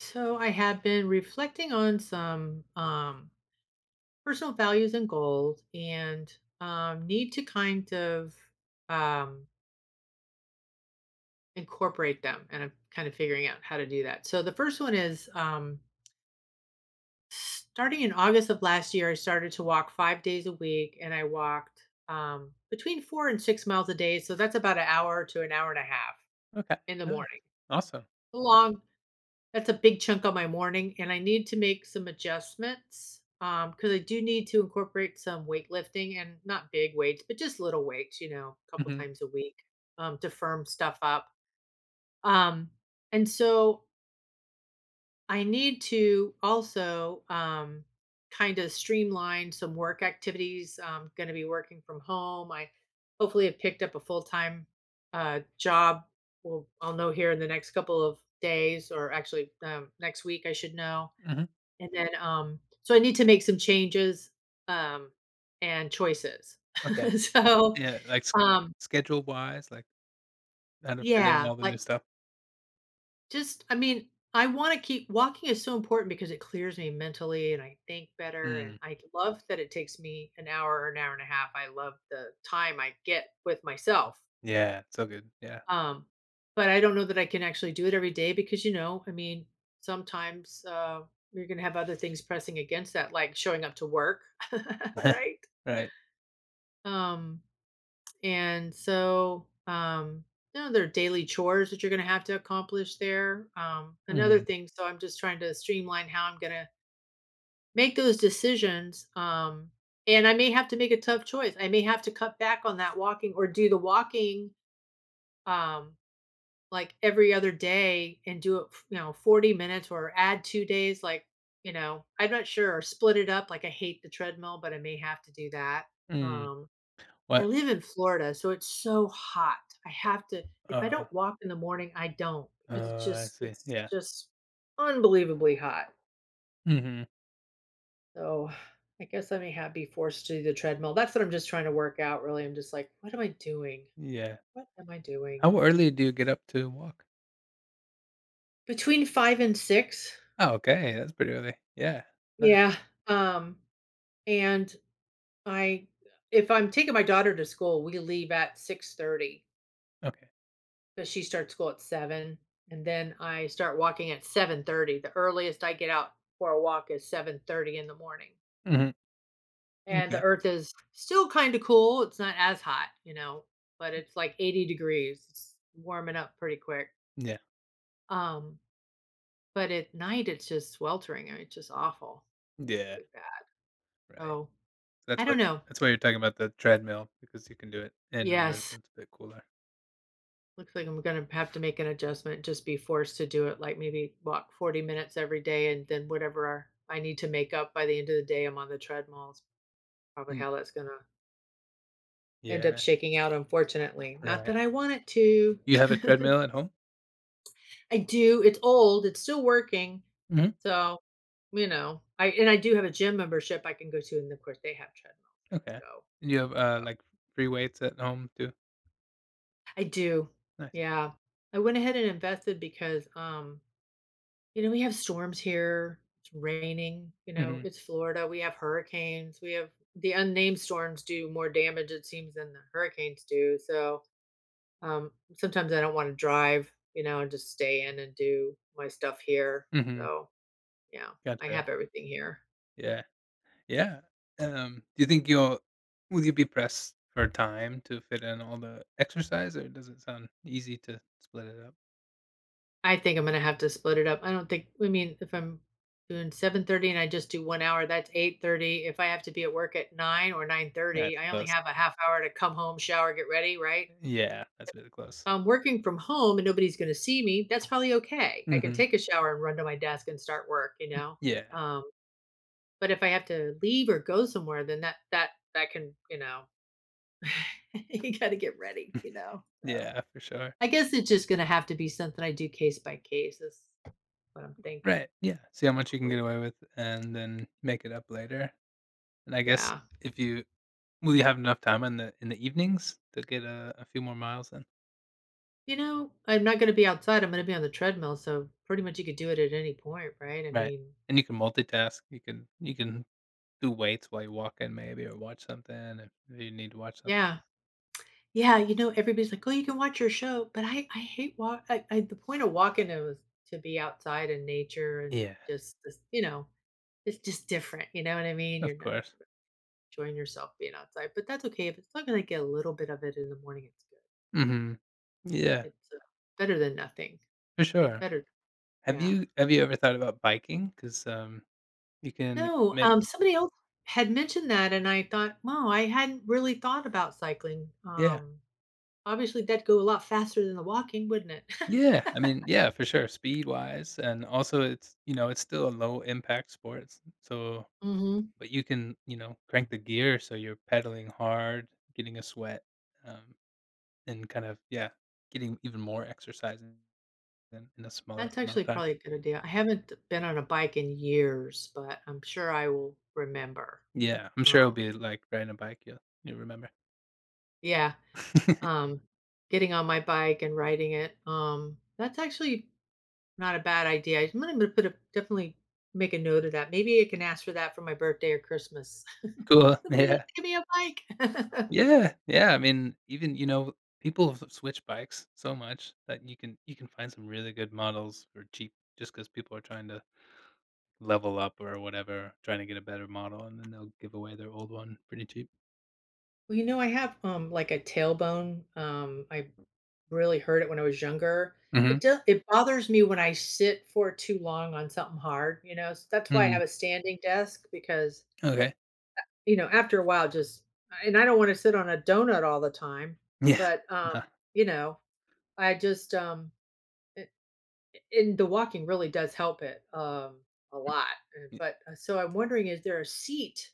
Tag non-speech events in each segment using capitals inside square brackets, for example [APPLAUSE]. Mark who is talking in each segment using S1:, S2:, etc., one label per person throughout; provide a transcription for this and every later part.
S1: So I have been reflecting on some personal values and goals, and need to kind of um, incorporate them. And I'm kind of figuring out how to do that. So the first one is, starting in August of last year, I started to walk 5 days a week, and I walked between 4 and 6 miles a day. So that's about an hour to an hour and a half
S2: Okay,
S1: in the
S2: nice.
S1: morning.
S2: Awesome.
S1: Long That's a big chunk of my morning, and I need to make some adjustments, because I do need to incorporate some weightlifting, and not big weights, but just little weights, you know, a couple
S2: Mhm,
S1: times a week, to firm stuff up. Um, and so I need to also, kind of streamline some work activities. I'm gonna be working from home. I hopefully have picked up a full-time, job. Well, I'll know here in the next couple of days, or actually, next week, I should know.
S2: mhm.
S1: And then, so I need to make some changes, um, and choices. [LAUGHS]
S2: Okay.
S1: So,
S2: Yeah, like,
S1: um
S2: schedule-wise, like, how to fit in
S1: Yeah,
S2: all the new
S1: like,
S2: stuff.
S1: just I mean, I wanna keep walking is so important because it clears me mentally, and I think better, and
S2: Mm,
S1: I love that it takes me an hour or an hour and a half. I love the time I get with myself.
S2: yeah, so good, yeah.
S1: Um, but I don't know that I can actually do it every day because, I mean, sometimes, you're gonna have other things pressing against that, like showing up to work, [LAUGHS]
S2: [LAUGHS]
S1: right?
S2: Right.
S1: Um And so, there are daily chores that you're going to have to accomplish there. Another
S2: Mhm,
S1: thing, so I'm just trying to streamline how I'm going to make those decisions. And I may have to make a tough choice. I may have to cut back on that walking, or do the walking um, like every other day, and do it, 40 minutes, or add 2 days. Like, I'm not sure, or split it up. Like, I hate the treadmill, but I may have to do that.
S2: mm.
S1: Um, I
S2: What
S1: live in Florida, so it's so hot. I have to if I
S2: uh,
S1: don't walk in the morning, I don't, because it's
S2: oh, I
S1: just
S2: see,
S1: it's
S2: yeah.
S1: just unbelievably hot.
S2: Mhm,
S1: So I guess I may have be forced to do the treadmill. That's what I'm just trying to work out, really. I'm just like, what am I doing?
S2: yeah.
S1: What am I doing?
S2: How early do you get up to walk?
S1: Between 5 and 6.
S2: Oh, okay, that's pretty early. Yeah, nice.
S1: Yeah. Um and I if I'm taking my daughter to school, we leave at 6:30.
S2: Okay.
S1: 'Cause she starts school at seven, and then I start walking at 7:30. The earliest I get out for a walk is 7:30 in the morning,
S2: Mhm,
S1: and the
S2: okay.
S1: earth is still kinda cool, it's not as hot, but it's like 80 degrees, it's warming up pretty quick,
S2: Yeah,
S1: um, but at night, it's just sweltering, I mean, it's just awful,
S2: yeah,
S1: really bad.
S2: right.
S1: So,
S2: That's
S1: I
S2: what
S1: don't know.
S2: that's why you're talking about the treadmill because you can do it indoors,
S1: Yes.
S2: and it's a bit cooler.
S1: Looks like I'm gonna have to make an adjustment, just be forced to do it, like maybe walk 40 minutes every day, and then whatever I need to make up by the end of the day, I'm on the treadmill. It's probably
S2: Mm,
S1: how that's gonna end up
S2: yeah,
S1: shaking out, unfortunately. Not
S2: right.
S1: that I want it to.
S2: You have a treadmill at home?
S1: [LAUGHS] I do. It's old. It's still working.
S2: Mhm,
S1: So, I do have a gym membership I can go to, and of course they have treadmills I
S2: okay.
S1: can go.
S2: And you have,
S1: So
S2: like, free weights at home too?
S1: I do.
S2: Nice.
S1: Yeah. I went ahead and invested because we have storms here. It's raining. You know,
S2: Mhm,
S1: it's Florida. We have hurricanes. We have the unnamed storms do more damage, it seems, than the hurricanes do. So sometimes I don't want to drive, and just stay in and do my stuff here.
S2: mhm,
S1: So, yeah, I
S2: gotcha.
S1: have everything here.
S2: Yeah, yeah. Do you think you'll will you be pressed for time to fit in all the exercise, or does it sound easy to split it up?
S1: I think I'm going to have to split it up. I don't think, I mean, if I'm doing 7:30 and I just do one hour, that's 8:30. If I have to be at work at 9 or 9:30,
S2: That's
S1: I only
S2: close.
S1: have a half hour to come home, shower, get ready, right?
S2: Yeah, that's really close.
S1: I'm working from home, and nobody's gonna see me, that's probably okay. I can
S2: Mhm.
S1: take a shower and run to my desk and start work, you know?
S2: Yeah,
S1: Um, but if I have to leave or go somewhere, then that can, [LAUGHS] you gotta get ready, you know? So
S2: yeah, for sure.
S1: I guess it's just gonna have to be something I do case by case, is what I'm thinking,
S2: Right, yeah. See how much you can get
S1: probably.
S2: away with and then make it up later. And I guess
S1: Yeah.
S2: if you will you have enough time in the evenings to get a few more miles in?
S1: You know, I'm not gonna be outside, I'm gonna be on the treadmill, so pretty much you could do it at any point, right? I
S2: Right,
S1: mean,
S2: and you can multitask, you can do weights while you walk in maybe or watch something if you need to watch something.
S1: yeah. Yeah, everybody's like, "Oh, you can watch your show," but I hate walk I the point of walking it to be outside in nature and
S2: Yeah,
S1: just this, it's just different, you know what I mean?
S2: of
S1: You're not
S2: course.
S1: enjoying yourself being outside, but that's okay. If it's not gonna get a little bit of it in the morning, it's good.
S2: Mhm. Yeah,
S1: It's better than nothing.
S2: for sure.
S1: Better
S2: Have
S1: Yeah.
S2: you have you ever thought about biking? Because you can
S1: No,
S2: maybe.
S1: somebody else had mentioned that, and I thought, "Wow, I hadn't really thought about cycling."
S2: Yeah,
S1: Obviously that'd go a lot faster than the walking, wouldn't it?
S2: yeah,
S1: [LAUGHS]
S2: I mean, yeah, for sure, speed-wise, and also it's, you know, it's still a low impact sport, so.
S1: Mhm.
S2: But you can, you know, crank the gear so you're pedaling hard, getting a sweat, um, and kind of yeah, getting even more exercise in in a smaller
S1: That's
S2: amount of
S1: actually
S2: time.
S1: probably a good idea. I haven't been on a bike in years, but I'm sure I will remember.
S2: Yeah, I'm sure it'll
S1: Um,
S2: be like riding a bike, you'll you remember.
S1: yeah,
S2: [LAUGHS]
S1: um, getting on my bike and riding it. That's actually not a bad idea. I'm going to put a definitely make a note of that. Maybe I can ask for that for my birthday or Christmas.
S2: Cool,
S1: [LAUGHS] Somebody needs
S2: yeah.
S1: to give me a bike. [LAUGHS]
S2: Yeah, yeah, I mean, even, you know, people have switched bikes so much that you can find some really good models for cheap just because people are trying to level up or whatever, trying to get a better model, and then they'll give away their old one pretty cheap.
S1: Well, I have, like, a tailbone, I really hurt it when I was younger.
S2: Mhm.
S1: It does. It bothers me when I sit for too long on something hard, so that's why I
S2: Mm.
S1: have a standing desk, because,
S2: Okay.
S1: after a while, just and I don't wanna sit on a donut all the time,
S2: Yeah.
S1: but,
S2: Uh,
S1: you know, I just, a and the walking really does help it, a lot,
S2: y
S1: but, so I'm wondering, is there a seat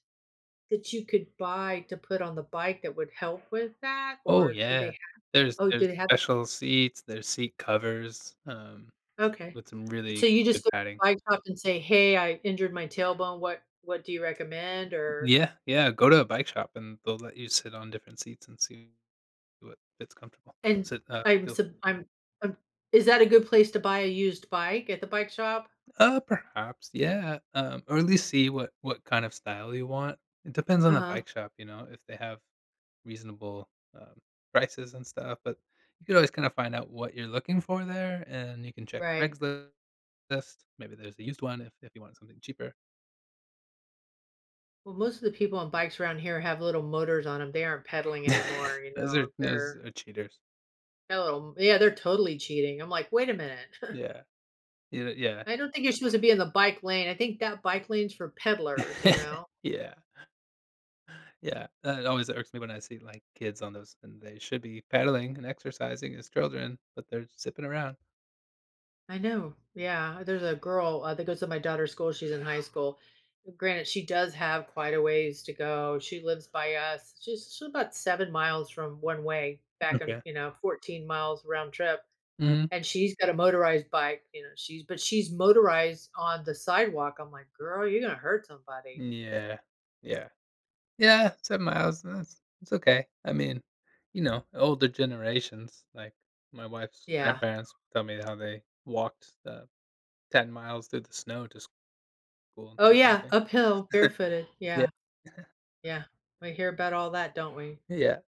S1: that you could buy to put on the bike that would help with that,
S2: Oh,
S1: or do
S2: yeah.
S1: they
S2: There's
S1: Oh,
S2: there's
S1: did it have
S2: special seats, there's seat covers,
S1: okay.
S2: with some
S1: So
S2: really
S1: you just
S2: good
S1: go to
S2: padding.
S1: the bike shop and say, "Hey, I injured my tailbone. What do you recommend?" Or
S2: Yeah, yeah, go to a bike shop, and they'll let you sit on different seats and see what fits comfortable.
S1: and
S2: Sit
S1: I'm
S2: feels good.
S1: sub I'm is that a good place to buy a used bike at the bike shop?
S2: Perhaps, yeah, or at least see what kind of style you want. It depends on the
S1: Uh-huh.
S2: bike shop, you know, if they have reasonable, um, prices and stuff, but you could always kinda find out what you're looking for there, and you can check
S1: Right.
S2: regs exist. Maybe there's a used one if you want something cheaper.
S1: Well, most of the people on bikes around here have little motors on them. They aren't pedaling anymore, you
S2: [LAUGHS]
S1: know. They're
S2: Those are cheaters.
S1: got a little yeah, they're totally cheating. I'm like, "Wait a minute.
S2: Yeah. Yeah, yeah.
S1: [LAUGHS] I don't think you're supposed to be in the bike lane. I think that bike lane's for peddlers, you
S2: [LAUGHS]
S1: know."
S2: Yeah, yeah. That always irks me when I see, like, kids on those, and they should be paddling and exercising as children, but they're zipping around.
S1: I know. Yeah. There's a girl that goes to my daughter's school. She's in high school. Granted, she does have quite a ways to go. She lives by us. She's about 7 miles from one way back, and,
S2: Okay.
S1: 14 miles round trip.
S2: Mhm.
S1: And she's got a motorized bike, but she's motorized on the sidewalk. I'm like, girl, you're going to hurt somebody.
S2: Yeah. Yeah. Yeah, 7 miles, that's it's okay. I mean, you know, older generations, like, my wife's
S1: Yeah.
S2: grandparents tell me how they walked, 10 miles through the snow to school, and
S1: Oh,
S2: that kinda
S1: yeah.
S2: thing.
S1: Uphill,
S2: [LAUGHS]
S1: barefooted. Yeah. Yeah. We hear about all that, don't we?
S2: Yeah.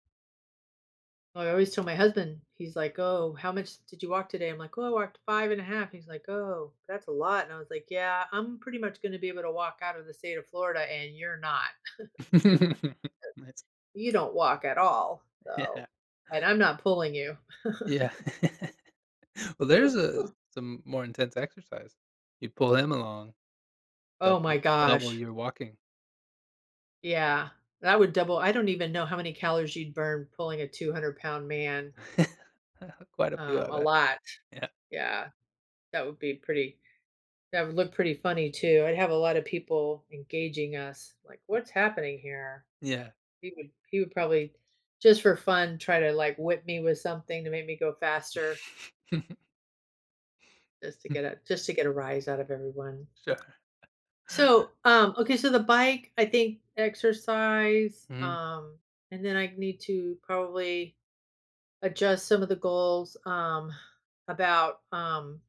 S1: I always tell my husband, he's like, "Oh, how much did you walk today?" I'm like, "Oh, I walked 5.5." He's like, "Oh, that's a lot." And I was like, "Yeah, I'm pretty much going to be able to walk out of the state of Florida, and you're not.
S2: [LAUGHS] Nice.
S1: You don't walk at all,
S2: Yeah,
S1: so, and I'm not pulling you."
S2: yeah. [LAUGHS] Well, there's a
S1: [LAUGHS]
S2: some more intense exercise. You pull him along,
S1: Oh my
S2: double double
S1: gosh,
S2: your walking.
S1: yeah, that would double. I don't even know how many calories you'd burn pulling a 200 pound man.
S2: [LAUGHS] Quite a few, I
S1: A
S2: bet.
S1: lot.
S2: Yeah,
S1: Yeah, that would be pretty. That would look pretty funny too. I'd have a lot of people engaging us, like, "What's happening here?"
S2: yeah.
S1: He would probably, just for fun, try to, like, whip me with something to make me go faster,
S2: [LAUGHS]
S1: just to get a rise out of everyone.
S2: Sure.
S1: So, okay, so the bike, I think exercise,
S2: Mhm,
S1: and then I need to probably adjust some of the goals, about,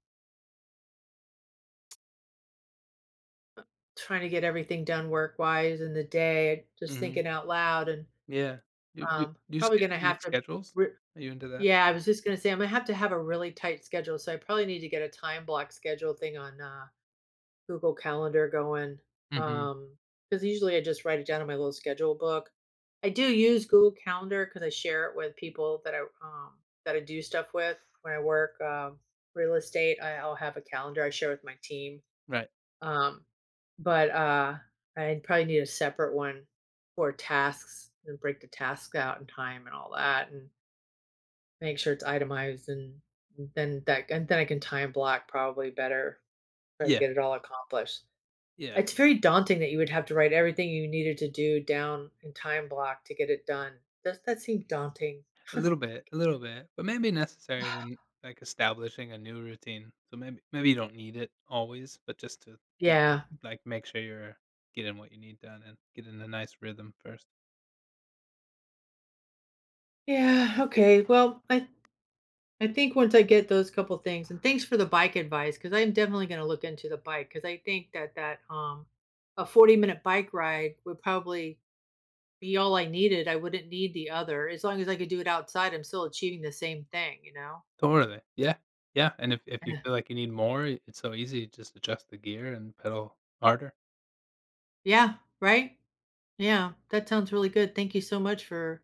S1: trying to get everything done work-wise in the day, just
S2: mhm,
S1: thinking out loud, and,
S2: yeah. Do do do you sch
S1: probably gonna have
S2: make
S1: to
S2: schedules? Are you into that?
S1: Yeah, I was just gonna say, I'm gonna have to have a really tight schedule, so I probably need to get a time block schedule thing on, Google Calendar going.
S2: Mhm,
S1: Um, Because usually I just write it down in my little schedule book. I do use Google Calendar because I share it with people that I do stuff with. When I work, real estate, I'll have a calendar I share with my team,
S2: right.
S1: um, but, I probably need a separate one for tasks, and break the tasks out in time and all that, and make sure it's itemized, and then that and then I can time block probably better, try to
S2: Yeah,
S1: get it all accomplished.
S2: yeah.
S1: It's very daunting that you would have to write everything you needed to do down in time block to get it done. Does that seem daunting? [LAUGHS]
S2: A little bit, but maybe necessary when, like, establishing a new routine. So maybe maybe you don't need it always, but just to get
S1: Yeah.
S2: like, make sure you're getting what you need done and get in a nice rhythm first.
S1: Yeah,
S2: It
S1: okay. Well, I think once I get those couple things, and thanks for the bike advice, because 'cause I'm definitely gonna look into the bike, because I think that a 40-minute bike ride would probably be all I needed, I wouldn't need the other. As long as I could do it outside, I'm still achieving the same thing, you know?
S2: totally. Yeah. Yeah, and if you
S1: Yeah.
S2: feel like you need more, it's so easy, just adjust the gear and pedal harder.
S1: Yeah, right? Yeah, that sounds really good. Thank you so much for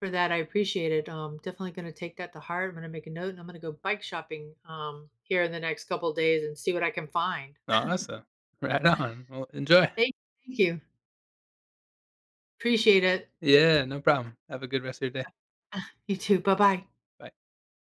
S1: for that. I appreciate it. Definitely going to take that to heart. I'm going to make a note, and I'm going to go bike shopping here in the next couple of days and see what I can find.
S2: Awesome. [LAUGHS] Right on. Well, enjoy.
S1: Thank, thank you. Appreciate it.
S2: Yeah, no problem. Have a good rest of your day.
S1: [LAUGHS] You too. Bye-bye.
S2: Bye.